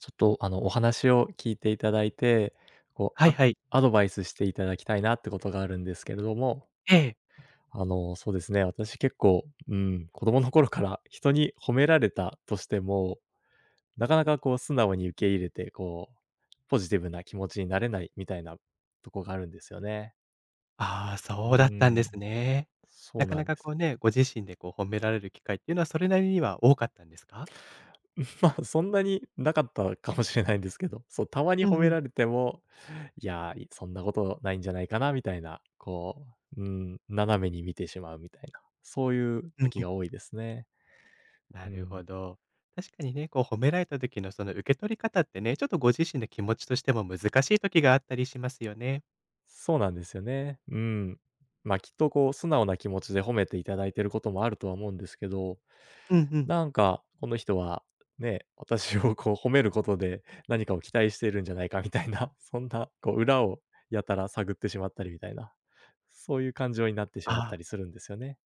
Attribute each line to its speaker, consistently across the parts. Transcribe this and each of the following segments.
Speaker 1: ちょっと、お話を聞いていただいて、こ
Speaker 2: は
Speaker 1: う、
Speaker 2: いはい。
Speaker 1: アドバイスしていただきたいなってことがあるんですけれども、
Speaker 2: ええ。
Speaker 1: そうですね、私結構、うん、子供の頃から人に褒められたとしても、なかなかこう素直に受け入れて、こう、ポジティブな気持ちになれないみたいなとこがあるんですよね。
Speaker 2: ああ、
Speaker 1: う
Speaker 2: そうだったんです
Speaker 1: ん、
Speaker 2: ね。
Speaker 1: そ
Speaker 2: な
Speaker 1: う
Speaker 2: か
Speaker 1: な
Speaker 2: な
Speaker 1: んで
Speaker 2: か
Speaker 1: す。
Speaker 2: こうね、ご自身でこう褒められる機会っていうのはそれなりには多かったんですか？
Speaker 1: まあ、そんなになかったかもしれないんですけど、そう、たまに
Speaker 2: う
Speaker 1: 褒
Speaker 2: んう
Speaker 1: め
Speaker 2: ん。
Speaker 1: られても、いや、そんなことないんじゃないかなみたいな、こう、うん、斜めに見てしまうみたいな、そういう
Speaker 2: うん
Speaker 1: 時
Speaker 2: うん。
Speaker 1: が多いですね。
Speaker 2: な
Speaker 1: う
Speaker 2: るほ
Speaker 1: ん。
Speaker 2: ど。確かにね、こう褒められた時のその受け取り方ってね、ちょっとご自身の気持ちとしても難しい時があったりしますよね。
Speaker 1: そうなんですよね。うん。ま、きっとこう素直な気持ちで褒めていただいてることもあるとは思うんですけど、
Speaker 2: うんうん。
Speaker 1: なんかこの人はね、私をこう褒めることで何かを期待してるんじゃないかみたいな、そんなこう裏をやたら探ってしまったりみたいな、そういう感情になってしまっ
Speaker 2: あ
Speaker 1: たり
Speaker 2: あ。
Speaker 1: するんですよね。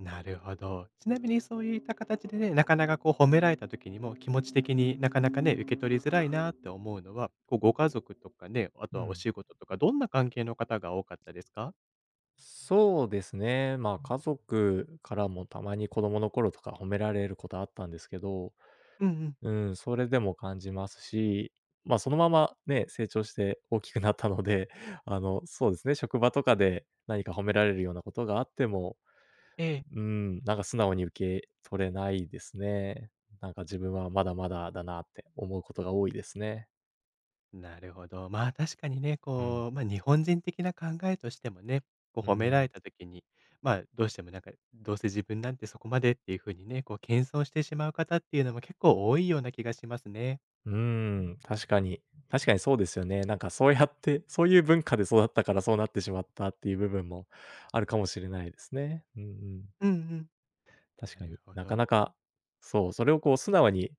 Speaker 2: なるほど。ちなみにそういった形でね、なかなかこう褒められた時にも気持ち的になかなかね、受け取りづらいなって思うのは、こうご家族とかね、あと
Speaker 1: う
Speaker 2: はお
Speaker 1: ん。
Speaker 2: 仕事とか、どんな関係の方が多かったですか？
Speaker 1: そうですね。まあ、家族からもたまに子供の頃とか褒められることあったんですけど、
Speaker 2: うんうん。
Speaker 1: うん、それでも感じますし、まあ、そのままね、成長して大きくなったので、そうですね、職場とかで何か褒められるようなことがあっても、
Speaker 2: ええ。
Speaker 1: うん、なんか素直に受け取れないですね。なんか自分はまだまだだなって思うことが多いですね。
Speaker 2: なるほど。まあ、確かにね、
Speaker 1: うん。
Speaker 2: こう、ま、あ日本人的な考えとしてもね、こ
Speaker 1: う
Speaker 2: う褒めら
Speaker 1: ん。
Speaker 2: れた時に、まあ、どうしてもなんか、どうせ自分なんてそこまでっていう風にね、こう謙遜してしまう方っていうのも結構多いような気がしますね。
Speaker 1: うーん、確かに。確かにそうですよね。なんかそうやって、そういう文化で育ったからそうなってしまったっていう部分もあるかもしれないですね。うんうん。
Speaker 2: うんうん。
Speaker 1: 確
Speaker 2: な
Speaker 1: か
Speaker 2: る
Speaker 1: に
Speaker 2: ほ
Speaker 1: なか
Speaker 2: ど。
Speaker 1: なか、そう、それをこう素直に、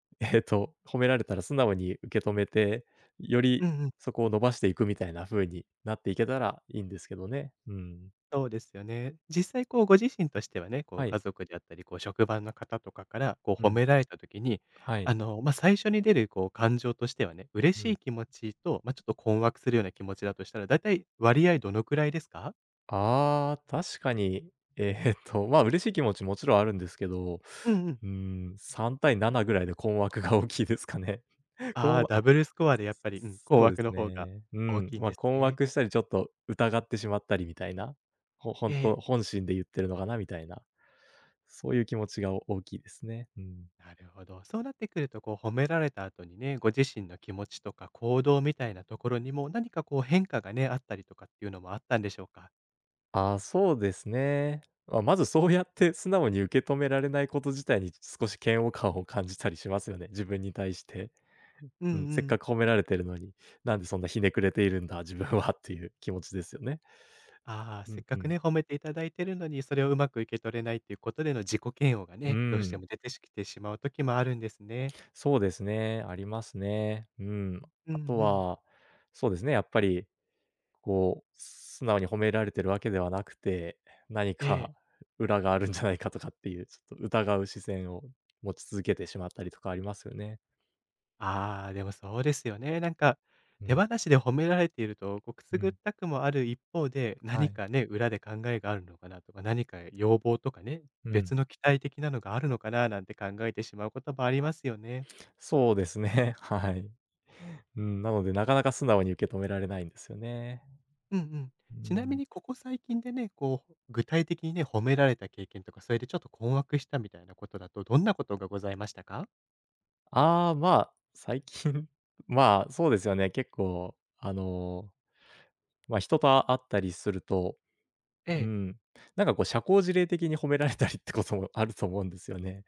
Speaker 1: 褒められたら素直に受け止めて、より
Speaker 2: うんうん。
Speaker 1: そこを伸ばしていくみたいな風になっていけたらいいんですけどね。うん。
Speaker 2: そうですよね。実際こうご自身としてはね、こう
Speaker 1: はい。
Speaker 2: 家族であったり、こう職場の方とかからこ
Speaker 1: う
Speaker 2: う褒
Speaker 1: ん。
Speaker 2: められた時に、
Speaker 1: はい。
Speaker 2: まあ、最初に出るこう感情としてはね、嬉
Speaker 1: う
Speaker 2: し
Speaker 1: ん。
Speaker 2: い気持ちと、まあ、ちょっと困惑するような気持ちだとしたら、だいたい割合どのくらいですか？
Speaker 1: ああ、確かに、まあ、嬉しい気持ちもちろんあるんですけど、
Speaker 2: うんうん。
Speaker 1: うーん、3対7ぐらいで困惑が大きいですかね。
Speaker 2: あ
Speaker 1: こ
Speaker 2: あ、
Speaker 1: ん
Speaker 2: ダ
Speaker 1: あ、
Speaker 2: ブルスコアでやっぱり、うん、困
Speaker 1: そうで
Speaker 2: 惑
Speaker 1: す
Speaker 2: の方が
Speaker 1: ね。う
Speaker 2: 大き
Speaker 1: ん、
Speaker 2: いんです
Speaker 1: 困
Speaker 2: ね。
Speaker 1: 惑したりちょっと疑ってしまったりみたいな、本
Speaker 2: え
Speaker 1: んと、
Speaker 2: え、
Speaker 1: 本心で言ってるのかなみたいな、そういう気持ちが大きいですね。うん。
Speaker 2: なるほど。そうなってくると、こう褒められた後にね、ご自身の気持ちとか行動みたいなところにも、何かこう変化がね、あったりとかっていうのもあったんでしょうか？
Speaker 1: ああ、そうですね。まずそうやって素直に受け止められないこと自体に少し嫌悪感を感じたりしますよね、自分に対して。
Speaker 2: うんう
Speaker 1: うん、せっか
Speaker 2: ん。
Speaker 1: く褒められてるのに、なんでそんなひねくれているんだ、自分はっていう気持ちですよね。
Speaker 2: ああ、
Speaker 1: う
Speaker 2: せっ
Speaker 1: ん
Speaker 2: か
Speaker 1: う
Speaker 2: く
Speaker 1: ん。
Speaker 2: ね、褒めていただいてるのに、それをうまく受け取れないっていうことでの自己嫌悪が
Speaker 1: う
Speaker 2: ね、どうして
Speaker 1: ん、
Speaker 2: も出てきてしまう時もあるんですね。
Speaker 1: そうですね、ありますね。うん。
Speaker 2: うんう
Speaker 1: あと
Speaker 2: ん。
Speaker 1: は、そうですね、やっぱり、こう、素直に褒められてるわけではなくて、何
Speaker 2: ええ。
Speaker 1: か裏があるんじゃないかとかっていう、ちょっと疑う視線を持ち続けてしまったりとかありますよね。
Speaker 2: ああ、でもそうですよね。なんか、
Speaker 1: う
Speaker 2: 手
Speaker 1: ん、
Speaker 2: 放しで褒められていると、こう、くす
Speaker 1: う
Speaker 2: ぐっ
Speaker 1: ん、
Speaker 2: たくもある一方で、
Speaker 1: は
Speaker 2: 何
Speaker 1: い。
Speaker 2: かね、裏で考えがあるのかなとか、何か要望とかね、
Speaker 1: う
Speaker 2: 別
Speaker 1: ん、
Speaker 2: の期待的なのがあるのかななんて考えてしまうこともありますよね。
Speaker 1: そうですね、はい。うん、なので、なかなか素直に受け止められないんですよね。
Speaker 2: うんうん。
Speaker 1: う
Speaker 2: ちなみ
Speaker 1: ん。
Speaker 2: にここ最近でね、こう、具体的にね、褒められた経験とか、それでちょっと困惑したみたいなことだと、どんなことがございましたか？
Speaker 1: ああ、まあ、最近 まあ、そうですよね。結構、まあ、人と会ったりすると、
Speaker 2: え
Speaker 1: う
Speaker 2: え。
Speaker 1: ん、なんかこう社交辞令的に褒められたりってこともあると思うんですよね。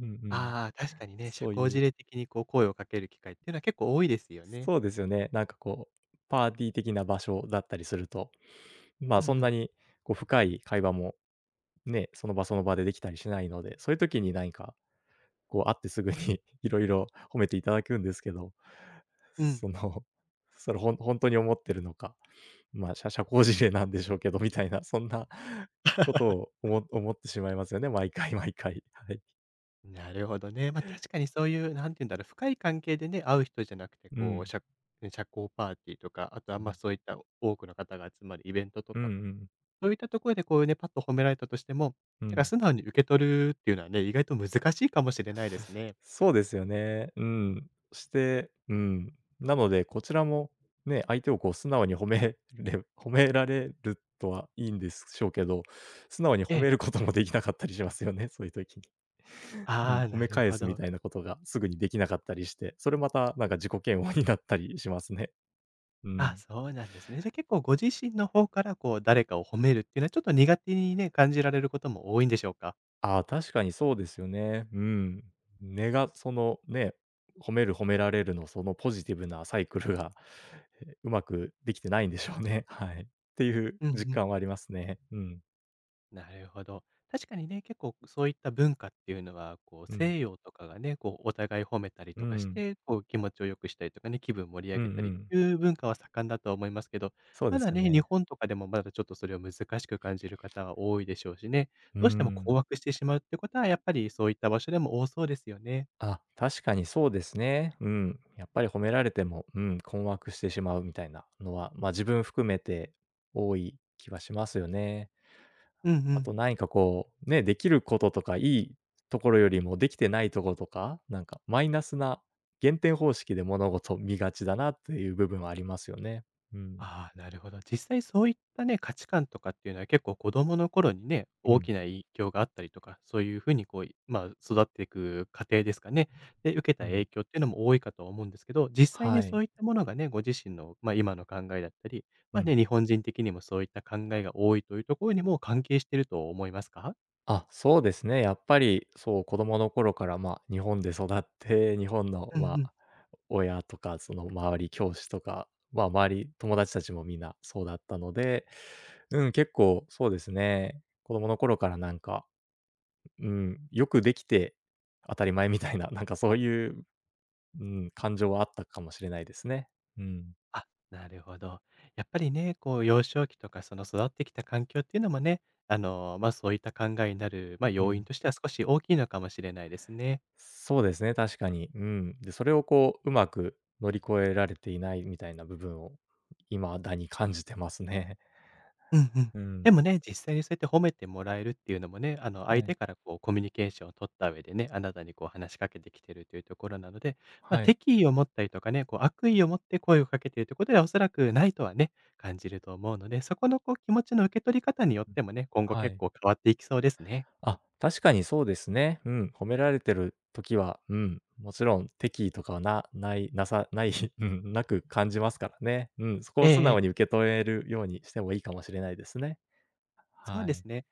Speaker 1: うんうん。
Speaker 2: ああ、確かにね、社
Speaker 1: そう
Speaker 2: 交
Speaker 1: い
Speaker 2: 辞
Speaker 1: う
Speaker 2: 令的にこう声をかける機会っていうのは結構多いですよね。
Speaker 1: そうですよね。なんかこう、パーティー的な場所だったりすると、ま
Speaker 2: う
Speaker 1: あ、
Speaker 2: んう
Speaker 1: そんな
Speaker 2: ん。
Speaker 1: にこう深い会話もね、その場その場でできたりしないので、そういう時に何か、こう会ってすぐに いろいろ 褒めていただくんですけど、
Speaker 2: うん。
Speaker 1: その、それ本当に思ってるのか、まあ、社 社交辞令なんでしょうけどみたいな、そんな ことを思ってしまいますよね、毎回 毎回。はい。
Speaker 2: なるほどね。ま、確かにそういう、なんて言うんだろう、深い関係でね、会う人じゃなくて、
Speaker 1: う
Speaker 2: こう、
Speaker 1: ん。
Speaker 2: 社交パーティーとか、あとあ
Speaker 1: う
Speaker 2: んま
Speaker 1: ん。
Speaker 2: そういった多くの方が集まるイベントと
Speaker 1: うんう
Speaker 2: か
Speaker 1: ん。
Speaker 2: そういったところでこうね、パッと褒められたとしても、
Speaker 1: う
Speaker 2: なんか
Speaker 1: ん。
Speaker 2: 素直に受け取るっていうのはね、意外と難しいかもしれないですね。
Speaker 1: そうですよね。うん。して、うん。なので、こちらもね、相手をこう素直に褒めれ 褒められるとはいいんでしょうけど、素直に
Speaker 2: え
Speaker 1: 褒
Speaker 2: え。
Speaker 1: めることもできなかったりしますよね、そういう時に。うん、
Speaker 2: ああ、
Speaker 1: 褒
Speaker 2: な
Speaker 1: め
Speaker 2: る
Speaker 1: 返
Speaker 2: ほ
Speaker 1: すみ
Speaker 2: ど。
Speaker 1: たいなことがすぐにできなかったりして、それまたなんか自己嫌悪になったりしますね。う
Speaker 2: あ、
Speaker 1: ん。
Speaker 2: そうなんですね。じゃあ結構ご自身の方からこう誰かを褒めるっていうのはちょっと苦手にね、感じられることも多いんでしょうか？
Speaker 1: ああ、確かにそうですよね。うん。根がそのね、褒める褒められるのそのポジティブなサイクルが、うまくできてないんでしょうね。はい。っていう
Speaker 2: うんう
Speaker 1: 実
Speaker 2: ん。
Speaker 1: 感はありますね。うん。
Speaker 2: なるほど。確かにね、結構そういった文化っていうのは、こう
Speaker 1: うん。
Speaker 2: 西洋とかがね、こうお互い褒めたり
Speaker 1: う
Speaker 2: とかし
Speaker 1: ん。
Speaker 2: て、こう気持ちを良くしたりとかね、気分盛り上
Speaker 1: うんう
Speaker 2: げたりっ
Speaker 1: ん。
Speaker 2: ていう文化は盛んだとは思いますけど、
Speaker 1: そう
Speaker 2: ま
Speaker 1: です
Speaker 2: だ
Speaker 1: よ
Speaker 2: ね、日
Speaker 1: ね。
Speaker 2: 本とかでもまだちょっとそれを難しく感じる方は多いでしょうしね、
Speaker 1: う
Speaker 2: どうしても困
Speaker 1: ん。
Speaker 2: 惑してしまうってことは、やっぱりそういった場所でも多そうですよね。
Speaker 1: あ、確かにそうですね。うん。やっぱり褒められても、うん、困惑してしまうみたいなのは、ま、自分含めて多い気はしますよね。
Speaker 2: うんう
Speaker 1: あ
Speaker 2: ん。
Speaker 1: と何かこう、ね、できることとか、いいところよりもできてないところとか、なんかマイナスな減点方式で物事を見がちだなっていう部分はありますよね。うん。
Speaker 2: ああ、なるほど。実際そういったね、価値観とかっていうのは結構子供の頃にね、
Speaker 1: う
Speaker 2: 大
Speaker 1: ん。
Speaker 2: きな影響があったりとか、そういうふうにこう、まあ、育っていく過程ですかね。で、受けた
Speaker 1: うん。
Speaker 2: 影響っていうのも多いかとは思うんですけど、実際ね、
Speaker 1: は
Speaker 2: そ
Speaker 1: い。
Speaker 2: ういったものがね、ご自身の、まあ、今の考えだったり、
Speaker 1: う
Speaker 2: まあ
Speaker 1: ん。
Speaker 2: ね、日本人的にもそういった考えが多いというところにも関係してると思いますか？
Speaker 1: あ、そうですね。やっぱり、そう、子供の頃から、まあ、日本で育って、日本の、
Speaker 2: うん
Speaker 1: ま
Speaker 2: うん。
Speaker 1: あ、親とか、その周り、教師とか、まあ、周り、友達たちもみんなそうだったので、うん、結構そうですね、子供の頃からなんか、うん、よくできて当たり前みたいな、なんかそういう、うん、感情はあったかもしれないですね。うん。
Speaker 2: あ、なるほど。やっぱりね、こう幼少期とかその育ってきた環境っていうのもね、ま、そういった考えになる、ま、
Speaker 1: う
Speaker 2: 要因
Speaker 1: ん。
Speaker 2: としては少し大きいのかもしれないですね。
Speaker 1: そうですね、確かに。うん。で、それをこう、うまく乗り越えられていないみたいな部分を、未だに感じてますね。
Speaker 2: うんうん。
Speaker 1: うん。
Speaker 2: でもね、実際にそうやって褒めてもらえるっていうのもね、
Speaker 1: は
Speaker 2: 相手
Speaker 1: い。
Speaker 2: からこうコミュニケーションを取った上でね、あなたにこう話しかけてきてるというところなので、ま、
Speaker 1: はい。
Speaker 2: 敵意を持ったりとかね、こう悪意を持って声をかけているということではおそらくないとはね、感じると思うので、そこのこう気持ちの受け取り方によっ
Speaker 1: うん。
Speaker 2: てもね、今後
Speaker 1: は
Speaker 2: 結
Speaker 1: い。
Speaker 2: 構変わっていきそうですね。
Speaker 1: あ、確かにそうですね。うん、褒められてる時は、うん、もちろん敵意とかはなさない、うん、なく感じますからね。うん、そこ
Speaker 2: え
Speaker 1: を
Speaker 2: え
Speaker 1: 素
Speaker 2: え
Speaker 1: 直
Speaker 2: え。
Speaker 1: に受け止めるようにしてもいいかもしれないですね。
Speaker 2: そう
Speaker 1: は
Speaker 2: です
Speaker 1: い。
Speaker 2: ね。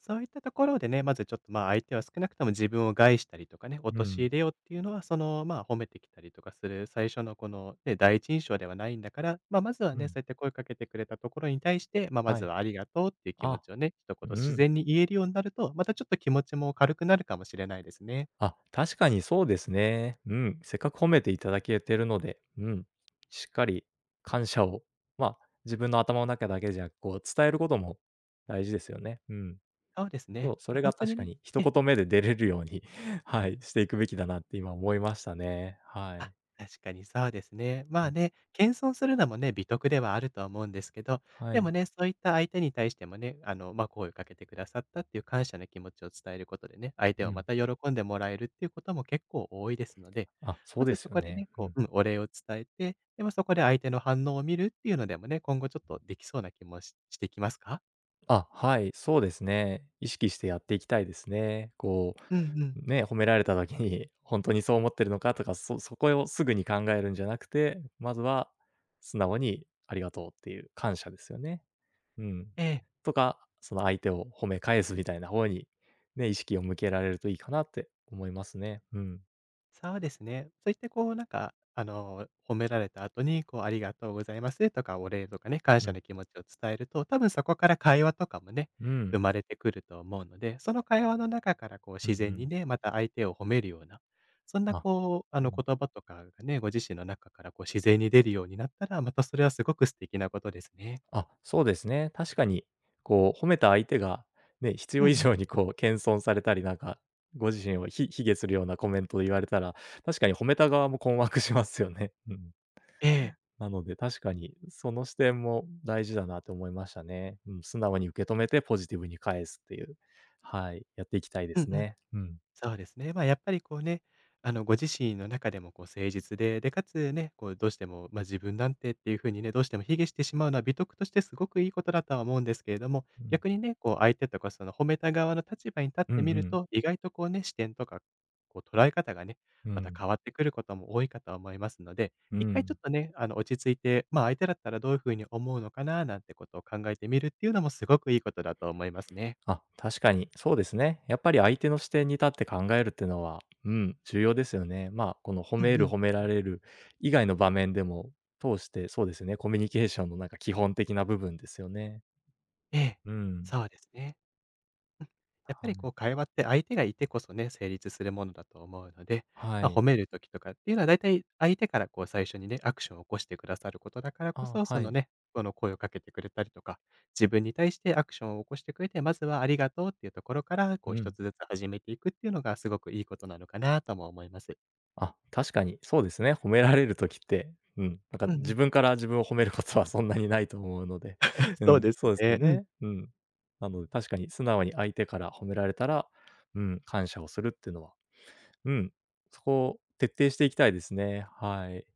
Speaker 2: そういったところでね、まずちょっと、まあ、相手は少なくとも自分を害したりとかね、
Speaker 1: うん、
Speaker 2: 陥れようっていうのは、その、まあ、褒めてきたりとかする最初のこの、ね、第一印象ではないんだから、まあ、まずは
Speaker 1: う
Speaker 2: ね、そ
Speaker 1: ん、
Speaker 2: うやって声かけてくれたところに対して、まあ、ま
Speaker 1: は
Speaker 2: ず
Speaker 1: い。
Speaker 2: はありがとうっていう気持
Speaker 1: あ、
Speaker 2: ちをね、一言
Speaker 1: う
Speaker 2: 自
Speaker 1: ん。
Speaker 2: 然に言えるようになると、またちょっと気持ちも軽くなるかもしれないですね。
Speaker 1: あ、確かにそうですね。うん、せっかく褒めていただけてるので、うん、しっかり感謝を、まあ、自分の頭の中だけじゃなく、こう伝えることも大事ですよね。うん。
Speaker 2: そうです
Speaker 1: そ
Speaker 2: ね。
Speaker 1: う、そ
Speaker 2: まあ、
Speaker 1: れが
Speaker 2: 本当
Speaker 1: 確
Speaker 2: に
Speaker 1: か
Speaker 2: ね、
Speaker 1: に一
Speaker 2: ええ
Speaker 1: 言目で出れるように はい、していくべきだなって今思いましたね。は
Speaker 2: あ、
Speaker 1: い。
Speaker 2: 確かにそうですね。ま
Speaker 1: う
Speaker 2: あ
Speaker 1: ん、
Speaker 2: ね、謙遜するのもね、美徳ではあるとは思うんですけど、
Speaker 1: は
Speaker 2: で
Speaker 1: い。
Speaker 2: もね、そういった相手に対してもね、ま、あ、声をかけてくださったっていう感謝の気持ちを伝えることでね、相手
Speaker 1: う
Speaker 2: をま
Speaker 1: ん。
Speaker 2: た喜んでもらえるっていうことも結構多いですので、
Speaker 1: あ、そ
Speaker 2: ま
Speaker 1: うで
Speaker 2: ず
Speaker 1: す
Speaker 2: そ
Speaker 1: よ
Speaker 2: こで
Speaker 1: ね。
Speaker 2: ね、
Speaker 1: う
Speaker 2: こ
Speaker 1: ん。
Speaker 2: う、うん、お礼を伝えて、で、もそこで相手の反応を見るっていうのでもね、今後ちょっとできそうな気もししてきますか？
Speaker 1: あ、はい、そうですね。意識してやっていきたいですね。こ
Speaker 2: うんうん。
Speaker 1: う、ね、褒められた時に 本当にそう思ってるのかとか、そこをすぐに考えるんじゃなくて、まずは素直にありがとうっていう感謝ですよね。うん。
Speaker 2: ええ。
Speaker 1: とか、その相手を褒め返すみたいな方に、ね、意識を向けられるといいかなって思いますね。うん。
Speaker 2: そうですね。そういってこうなんか、褒められた後に、こう、ありがとうございますとか、お礼とかね、感
Speaker 1: う
Speaker 2: 謝
Speaker 1: ん。
Speaker 2: の気持ちを伝えると、多分そこから会話とかもね、
Speaker 1: う
Speaker 2: 生
Speaker 1: ん。
Speaker 2: まれてくると思うので、その会話の中からこう
Speaker 1: うんう
Speaker 2: 自然に
Speaker 1: ん。
Speaker 2: ね、また相手を褒めるような、そんな
Speaker 1: あ、
Speaker 2: こう、あ
Speaker 1: う
Speaker 2: の
Speaker 1: ん。
Speaker 2: 言葉とかがね、ご自身の中からこう自然に出るようになったら、またそれはすごく素敵なことですね。
Speaker 1: あ、そうですね。確かに、こう褒めた相手が、ね、必
Speaker 2: うん
Speaker 1: 要
Speaker 2: う
Speaker 1: 以
Speaker 2: ん。
Speaker 1: 上にこう謙遜されたり、なんか、ご自身を卑下するようなコメントを言われたら、確かに褒めた側も困惑しますよね。うん。
Speaker 2: ええ。
Speaker 1: なので、確かにその視点も大事だなと思いましたね。うん、素直に受け止めてポジティブに返すっていう。はい、やっていきたいで
Speaker 2: うん
Speaker 1: す
Speaker 2: うん。
Speaker 1: ね。うん。
Speaker 2: そうですね。まあ、やっぱりこうね、ご自身の中でもこう誠実で、で、かつね、こう、どうしても、まあ、自分なんてっていう風にね、どうしても卑下してしまうのは美徳としてすごくいいことだとは思うんですけれども、
Speaker 1: うん。
Speaker 2: 逆にね、こう、相手とかその褒めた側の立場に立っ
Speaker 1: うんう
Speaker 2: てみる
Speaker 1: ん。
Speaker 2: と、意外とこうね、視点とか、こう、捉え方がね、
Speaker 1: う
Speaker 2: また
Speaker 1: ん。
Speaker 2: 変わってくることも多いかと思いますので、
Speaker 1: う
Speaker 2: 一回ちょ
Speaker 1: ん。
Speaker 2: っとね、落ち着いて、まあ、相手だったらどういう風に思うのかな、なんてことを考えてみるっていうのもすごくいいことだと思いますね。
Speaker 1: あ、確かにそうですね。やっぱり相手の視点に立って考えるっていうのは、うん、重要ですよね。まあ、この褒
Speaker 2: う
Speaker 1: め
Speaker 2: んう
Speaker 1: る、
Speaker 2: ん。
Speaker 1: 褒められる以外の場面でも通して、そうですね、コミュニケーションのなんか基本的な部分ですよね。
Speaker 2: ええ。
Speaker 1: うん。
Speaker 2: そうですね。うん、やっぱ
Speaker 1: は
Speaker 2: りこう
Speaker 1: い。
Speaker 2: 会話って相手がいてこそね、成立するものだと思うので、
Speaker 1: は
Speaker 2: まあ、褒
Speaker 1: い。
Speaker 2: める時とかっていうのはだいたい相手からこう最初にね、アクションを起こしてくださることだからこ
Speaker 1: あ、
Speaker 2: そ、そ
Speaker 1: は
Speaker 2: の
Speaker 1: い。
Speaker 2: ね、この声をかけてくれたりとか、自分に対してアクションを起こしてくれて、まずはありがとうっていうところから、こ
Speaker 1: う
Speaker 2: う一
Speaker 1: ん。
Speaker 2: つずつ始めていくっていうのがすごくいいことなのかなとも思います。
Speaker 1: あ、確かにそうですね。褒められるときって、うん、なんか
Speaker 2: うんう
Speaker 1: 自
Speaker 2: ん。
Speaker 1: 分から自分を褒めることはそんなにないと思うので、う
Speaker 2: そう
Speaker 1: ん、
Speaker 2: です
Speaker 1: そうですよ
Speaker 2: ね。うん。
Speaker 1: ね。うん。なので確かに素直に相手から褒められたら、うん、感謝をするっていうのは、うん、そこを徹底していきたいですね。はい。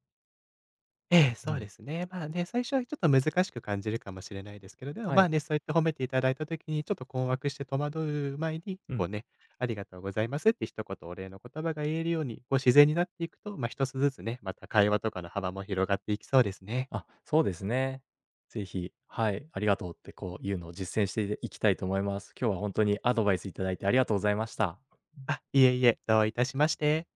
Speaker 2: ええ、
Speaker 1: う
Speaker 2: そうで
Speaker 1: ん。
Speaker 2: すね。まあね、最初はちょっと難しく感じるかもしれないですけど、でも
Speaker 1: は
Speaker 2: まあ
Speaker 1: い。
Speaker 2: ね、そうやって褒めていただいたときに、ちょっと困惑して戸惑う前に、
Speaker 1: う
Speaker 2: こう
Speaker 1: ん。
Speaker 2: ね、ありがとうございますって一言お礼の言葉が言えるように、こう自然になっていくと、まあ一つずつね、また会話とかの幅も広がっていきそうですね。
Speaker 1: あ、そうですね。ぜひ、はい、ありがとうってこういうのを実践していきたいと思います。今日は本当にアドバイスいただいてありがとうございました。
Speaker 2: あ、いえいえ、どういたしまして。